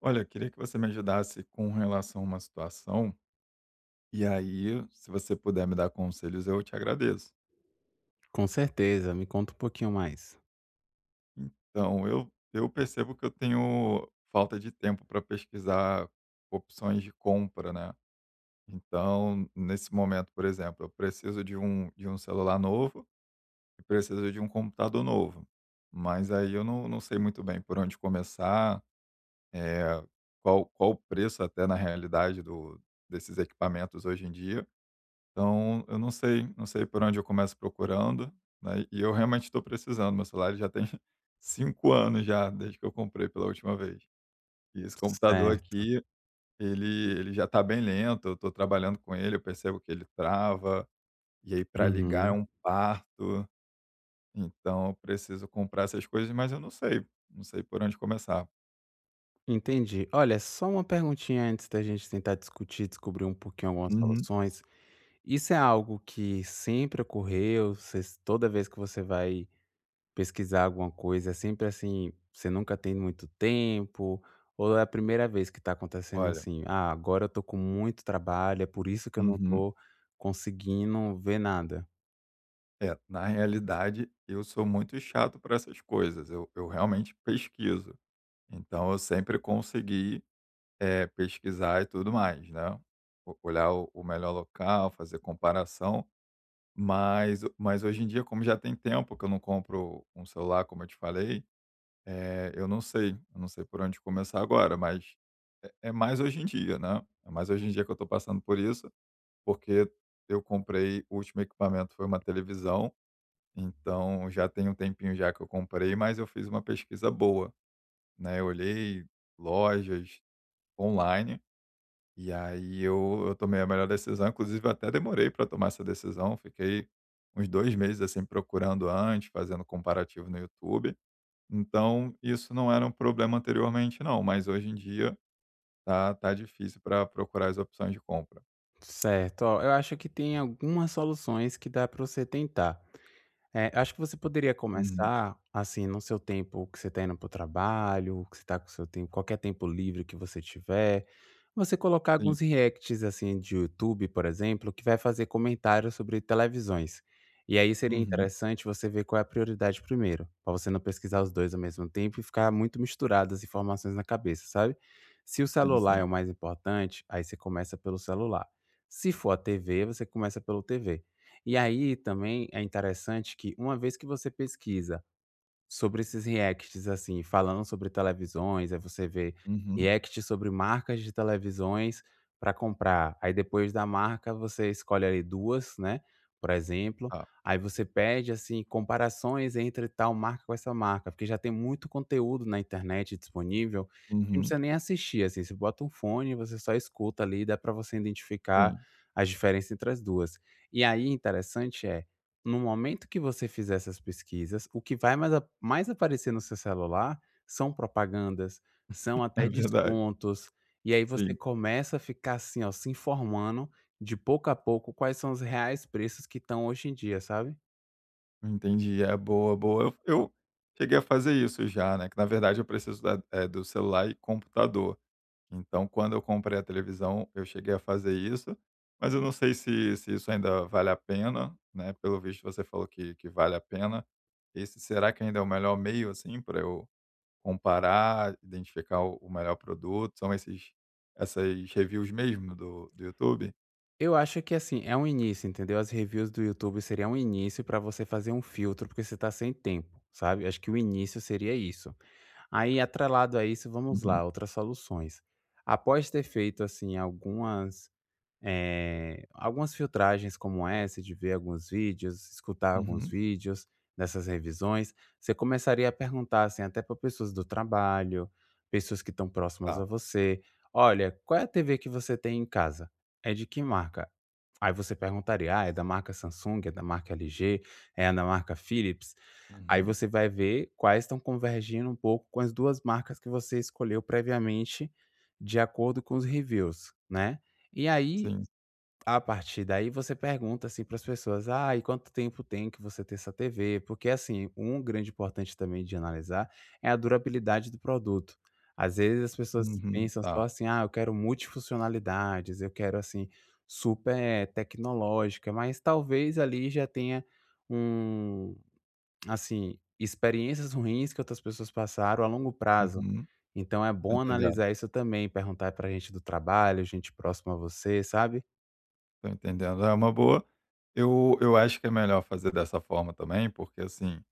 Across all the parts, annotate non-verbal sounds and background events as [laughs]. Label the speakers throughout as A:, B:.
A: Olha, eu queria que você me ajudasse com relação a uma situação, e aí, se você puder me dar conselhos, eu te agradeço.
B: Com certeza, me conta um pouquinho mais.
A: Então, eu percebo que eu tenho falta de tempo para pesquisar opções de compra, né? Então, nesse momento, por exemplo, eu preciso de um celular novo e preciso de um computador novo. Mas aí eu não, não sei muito bem por onde começar, é, qual o preço até na realidade desses equipamentos hoje em dia. Então, eu não sei por onde eu começo procurando, né, e eu realmente estou precisando, meu celular já tem [laughs] 5 anos já, desde que eu comprei pela última vez. E esse computador
B: Certo.
A: aqui, ele ele já está bem lento, eu estou trabalhando com ele, eu percebo que ele trava, e aí para ligar é
B: Uhum.
A: um parto, então eu preciso comprar essas coisas, mas eu não sei, não sei por onde começar.
B: Entendi. Olha, só uma perguntinha antes da gente tentar discutir, descobrir um pouquinho algumas
A: Uhum.
B: soluções. Isso é algo que sempre ocorreu? Vocês Toda vez que você vai pesquisar alguma coisa, é sempre assim, você nunca tem muito tempo? Ou é a primeira vez que está acontecendo
A: Olha,
B: assim? Ah, agora eu tô com muito trabalho, é por isso que eu não
A: uhum.
B: tô conseguindo ver nada.
A: É, na realidade eu sou muito chato para essas coisas, eu realmente pesquiso. Então eu sempre consegui, pesquisar e tudo mais, né. O Olhar o melhor local, fazer comparação, mas hoje em dia, como já tem tempo que eu não compro um celular, como eu te falei, eu não sei por onde começar agora, mas é mais hoje em dia, né. É mais hoje em dia que eu estou passando por isso, porque eu comprei o último equipamento foi uma televisão, então já tem um tempinho já que eu comprei, mas eu fiz uma pesquisa boa, né. Eu olhei lojas online, e aí eu tomei a melhor decisão, inclusive eu até demorei para tomar essa decisão, fiquei uns 2 meses, assim, procurando antes, fazendo comparativo no YouTube. Então, isso não era um problema anteriormente não, mas hoje em dia tá difícil para procurar as opções de compra.
B: Certo, ó, eu acho que tem algumas soluções que dá para você tentar. É, eu acho que você poderia
A: Uhum,
B: começar, assim, no seu tempo que você está indo para o trabalho, que você está com seu tempo, qualquer tempo livre que você tiver, você colocar
A: sim.
B: alguns reacts, assim, de YouTube, por exemplo, que vai fazer comentários sobre televisões. E aí seria
A: Uhum.
B: interessante você ver qual é a prioridade primeiro, para você não pesquisar os dois ao mesmo tempo e ficar muito misturado as informações na cabeça, sabe? Se o
A: Sim,
B: celular
A: sim.
B: é o mais importante, aí você começa pelo celular. Se for a TV, você começa pelo TV. E aí também é interessante que uma vez que você pesquisa sobre esses reacts, assim, falando sobre televisões, aí você vê
A: Uhum.
B: react sobre marcas de televisões para comprar. Aí depois da marca você escolhe ali duas, né, por exemplo,
A: Tá.
B: aí você pede, assim, comparações entre tal marca com essa marca, porque já tem muito conteúdo na internet disponível que não
A: Uhum.
B: precisa nem assistir, assim, você bota um fone, você só escuta ali, dá para você identificar
A: Sim. [laughs]
B: as diferenças entre as duas. E aí interessante é no momento que você fizer essas pesquisas, o que vai mais a mais aparecer no seu celular são propagandas, são
A: É
B: até
A: verdade.
B: descontos, e aí você
A: Sim.
B: começa a ficar assim, ó, se informando de pouco a pouco quais são os reais preços que estão hoje em dia, sabe.
A: Entendi. É, boa, boa. Eu cheguei a fazer isso já, né, que na verdade eu preciso da do celular e computador. Então, quando eu comprei a televisão, eu cheguei a fazer isso, mas eu não sei se isso ainda vale a pena, né, pelo visto você falou que vale a pena. Esse será que ainda é o melhor meio, assim, para eu comparar, identificar o melhor produto? São esses essas reviews mesmo do YouTube?
B: Eu acho que, assim, é um início, entendeu. As reviews do YouTube seria um início para você fazer um filtro, porque você tá sem tempo, sabe. Acho que o início seria isso. Aí, atrelado a isso, vamos
A: Uhum,
B: lá, outras soluções. Após ter feito, assim, algumas filtragens como essa de ver alguns vídeos, escutar alguns
A: uhum,
B: vídeos dessas revisões, você começaria a perguntar, assim, até para pessoas do trabalho, pessoas que estão próximas
A: tá.
B: a você: "Olha, qual é a TV que você tem em casa? É de que marca?". Aí você perguntaria: "Ah, é da marca Samsung, é da marca LG, é da marca Philips". Aí
A: Uhum.
B: você vai ver quais estão convergindo um pouco com as 2 marcas que você escolheu previamente, de acordo com os reviews, né. E aí
A: Sim.
B: a partir daí você pergunta, assim, para as pessoas: "Ah, e quanto tempo tem que você ter essa TV?" Porque, assim, um grande importante também de analisar é a durabilidade do produto. Às vezes as pessoas
A: Uhum,
B: pensam só
A: tá.
B: assim: "Ah, eu quero multifuncionalidades, eu quero, assim, super tecnológica", mas talvez ali já tenha um, assim, experiências ruins que outras pessoas passaram a longo prazo.
A: Uhum.
B: Então é
A: Tô
B: bom
A: entendendo,
B: analisar isso também, perguntar pra gente do trabalho, gente próxima a você, sabe?
A: tô entendendo. É uma boa. Eu acho que é melhor fazer dessa forma também, porque assim,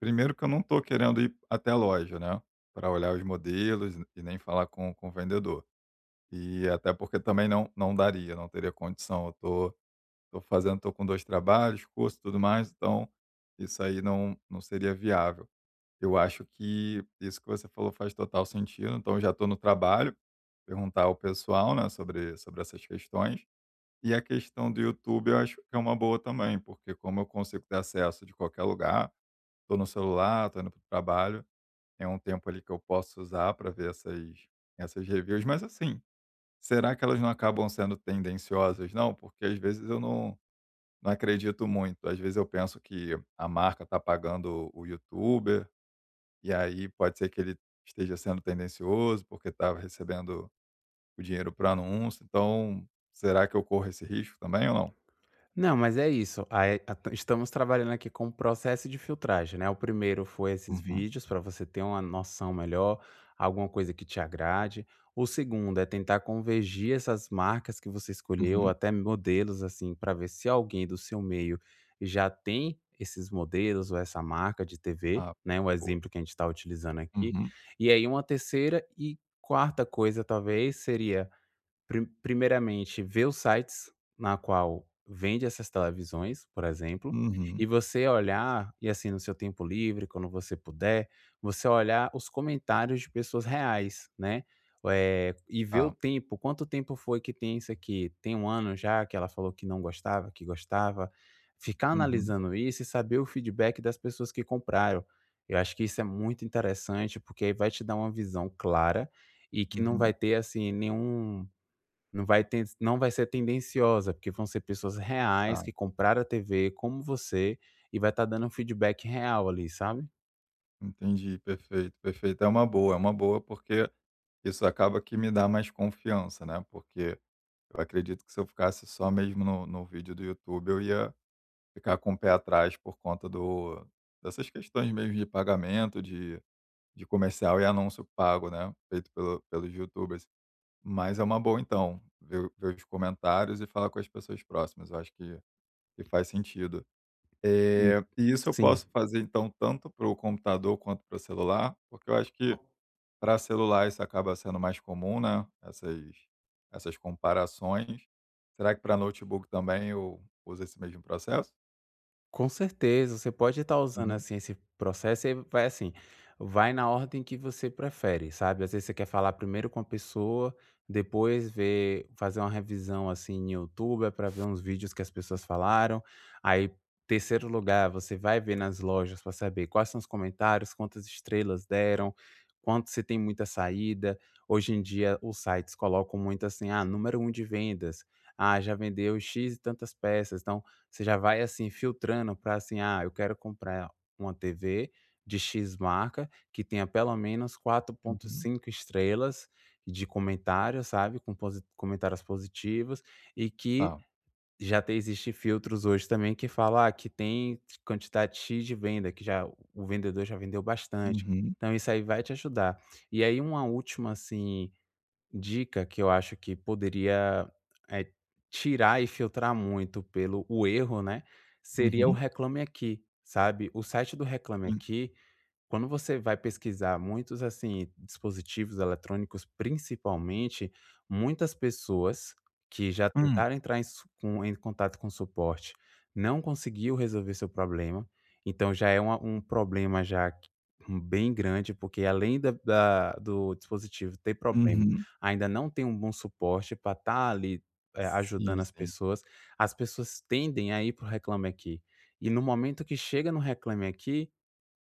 A: primeiro que eu não tô querendo ir até a loja, né, para olhar os modelos e nem falar com o vendedor. E até porque também não daria, não teria condição. Eu tô tô fazendo, tô com 2 trabalhos, curso, e tudo mais, então isso aí não seria viável. Eu acho que isso que você falou faz total sentido, então eu já estou no trabalho, perguntar ao pessoal, né, sobre essas questões. E a questão do YouTube eu acho que é uma boa também, porque como eu consigo ter acesso de qualquer lugar, tô no celular, tô indo para o trabalho, é um tempo ali que eu posso usar para ver essas reviews, mas assim, será que elas não acabam sendo tendenciosas não? Porque às vezes eu não não acredito muito, às vezes eu penso que a marca está pagando o youtuber, e aí pode ser que ele esteja sendo tendencioso, porque estava recebendo o dinheiro para anúncio, então será que eu corro esse risco também ou não?
B: Não, mas é isso. Aí, a ta estamos trabalhando aqui com o processo de filtragem, né. O primeiro foi esses
A: Uhum,
B: vídeos para você ter uma noção melhor, alguma coisa que te agrade. O segundo é tentar convergir essas marcas que você escolheu,
A: uhum.
B: até modelos, assim, para ver se alguém do seu meio já tem esses modelos ou essa marca de TV,
A: Ah,
B: né, o
A: boa.
B: exemplo que a gente está utilizando aqui.
A: Uhum,
B: E aí uma terceira e quarta coisa, talvez, seria primeiramente, ver os sites na qual vende essas televisões, por exemplo, e
A: uhum.
B: você olhar e, assim, no seu tempo livre, quando você puder, você olhar os comentários de pessoas reais, né, e ver o
A: Tá.
B: tempo, quanto tempo foi que tem isso aqui? Tem um ano já que ela falou que não gostava, que gostava? Ficar
A: Uhum,
B: analisando isso e saber o feedback das pessoas que compraram. Eu acho que isso é muito interessante, porque aí vai te dar uma visão clara e que não vai
A: uhum.
B: ter, assim, nenhum não vai ser tendenciosa, porque vão ser pessoas reais
A: Tá.
B: que compraram a TV como você, e vai estar dando um feedback real ali, sabe?
A: Entendi, perfeito, perfeito. É uma boa, porque isso acaba que me dá mais confiança, né? Porque eu acredito que se eu ficasse só mesmo no vídeo do YouTube, eu ia ficar com o pé atrás por conta dessas questões mesmo de pagamento, de comercial e anúncio pago, né? Feito pelos YouTubers. Mas é uma boa, então, ver os comentários e falar com as pessoas próximas. Eu acho que faz sentido.
B: Hum,
A: E isso eu
B: sim.
A: posso fazer então tanto para o computador quanto para o celular, porque eu acho que para celular isso acaba sendo mais comum, né, essas comparações. Será que para notebook também eu uso esse mesmo processo?
B: Com certeza, você pode estar usando,
A: Uhum,
B: assim, esse processo, e vai, assim, vai na ordem que você prefere, sabe. Às vezes você quer falar primeiro com a pessoa, depois ver fazer uma revisão, assim, em YouTube, para ver uns vídeos que as pessoas falaram. Aí, terceiro lugar, você vai ver nas lojas para saber quais são os comentários, quantas estrelas deram, quanto você tem muita saída. Hoje em dia os sites colocam muito assim: "Ah, número um de vendas. Ah, já vendeu X e tantas peças". Então você já vai, assim, filtrando para assim: "Ah, eu quero comprar uma TV de X marca, que tenha pelo menos quatro ponto
A: uhum,
B: cinco estrelas de comentários, sabe, com posi comentários positivos", e que
A: tá.
B: já te existe filtros hoje também que fala, ah, que tem quantidade X de venda, que já o vendedor já vendeu bastante.
A: Uhum,
B: Então isso aí vai te ajudar. E aí uma última, assim, dica que eu acho que poderia, eh, tirar e filtrar muito pelo o erro, né, seria o
A: uhum,
B: Reclame Aqui, sabe. O site do Reclame
A: sim.
B: Aqui, quando você vai pesquisar muitos, assim, dispositivos eletrônicos, principalmente, muitas pessoas que já
A: Hum,
B: tentaram entrar em su com em contato com suporte, não conseguiu resolver seu problema, então já é uma um problema já q bem grande, porque além da da do dispositivo ter problema,
A: uhum.
B: ainda não tem um bom suporte para estar ali, ajudando
A: Sim, sim.
B: as pessoas tendem a ir para o Reclame Aqui. E no momento que chega no Reclame Aqui,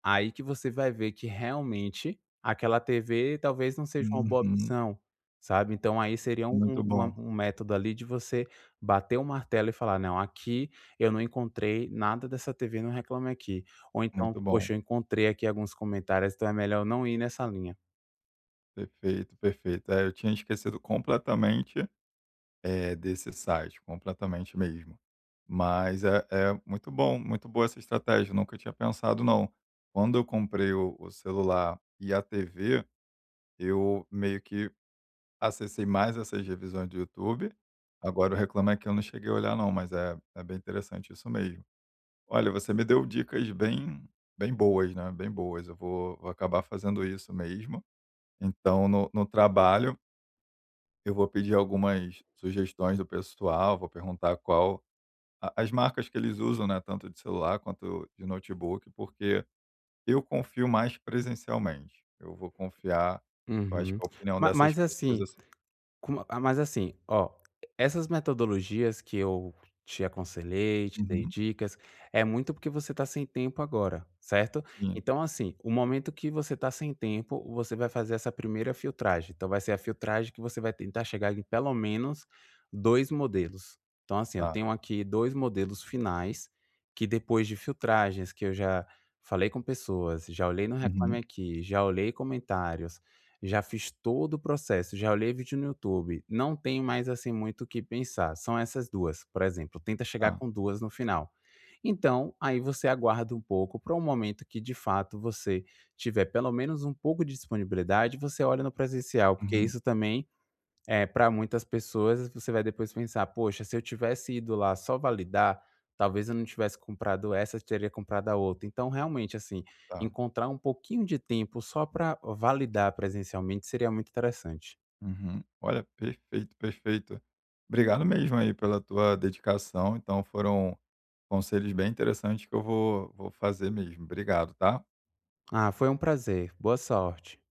B: aí que você vai ver que realmente aquela TV talvez não seja uma boa
A: Uhum.
B: opção, sabe. Então aí seria um um-
A: Muito
B: uma
A: bom,
B: um método ali de você bater o martelo e falar: "Não, aqui eu não encontrei nada dessa TV no Reclame Aqui", ou então:
A: muito bom.
B: "Poxa, eu encontrei aqui alguns comentários, então é melhor eu não ir nessa linha".
A: Perfeito, perfeito. É, eu tinha esquecido completamente, é, desse site, completamente mesmo. Mas é muito bom, muito boa essa estratégia, eu nunca tinha pensado não. Quando eu comprei o celular e a TV, eu meio que acessei mais essas revisões do YouTube, agora o reclamo é que eu não cheguei a olhar não, mas é bem interessante isso mesmo. Olha, você me deu dicas bem bem boas, né, bem boas, eu vou acabar fazendo isso mesmo. Então no trabalho, eu vou pedir algumas sugestões do pessoal, vou perguntar qual a as marcas que eles usam, né, tanto de celular quanto de notebook, porque eu confio mais presencialmente. Eu vou confiar, eu acho
B: Uhum.
A: que a opinião
B: Ma
A: dessas
B: mas
A: pessoas,
B: assim,
A: assim,
B: Com ah, mas assim, ó, essas metodologias que eu te aconselhei, te dei
A: uhum,
B: dicas, é muito porque você está sem tempo agora, certo?
A: sim,
B: Então, assim, o momento que você está sem tempo, você vai fazer essa primeira filtragem. Então, vai ser a filtragem que você vai tentar chegar em pelo menos 2 modelos. Então, assim, eu
A: tá.
B: tenho aqui 2 modelos finais, que depois de filtragens que eu já falei com pessoas, já olhei no Reclame
A: Uhum,
B: Aqui, já olhei comentários, já fiz todo o processo, já olhei vídeo no YouTube, não tenho mais, assim, muito o que pensar, são essas 2, por exemplo, tenta chegar
A: tá.
B: com 2 no final. Então, aí você aguarda um pouco para um momento que de fato você tiver pelo menos um pouco de disponibilidade, você olha no presencial, porque
A: Uhum,
B: isso também é, para muitas pessoas você vai depois pensar: "Poxa, se eu tivesse ido lá só validar, talvez eu não tivesse comprado essa, eu teria comprado a outra". Então realmente, assim,
A: tá.
B: encontrar um pouquinho de tempo só para validar presencialmente seria muito interessante.
A: Uhum. Olha, perfeito, perfeito. Obrigado mesmo aí pela tua dedicação, então foram conselhos bem interessantes que eu vou fazer mesmo. Obrigado, tá?
B: Ah, foi um prazer. Boa sorte.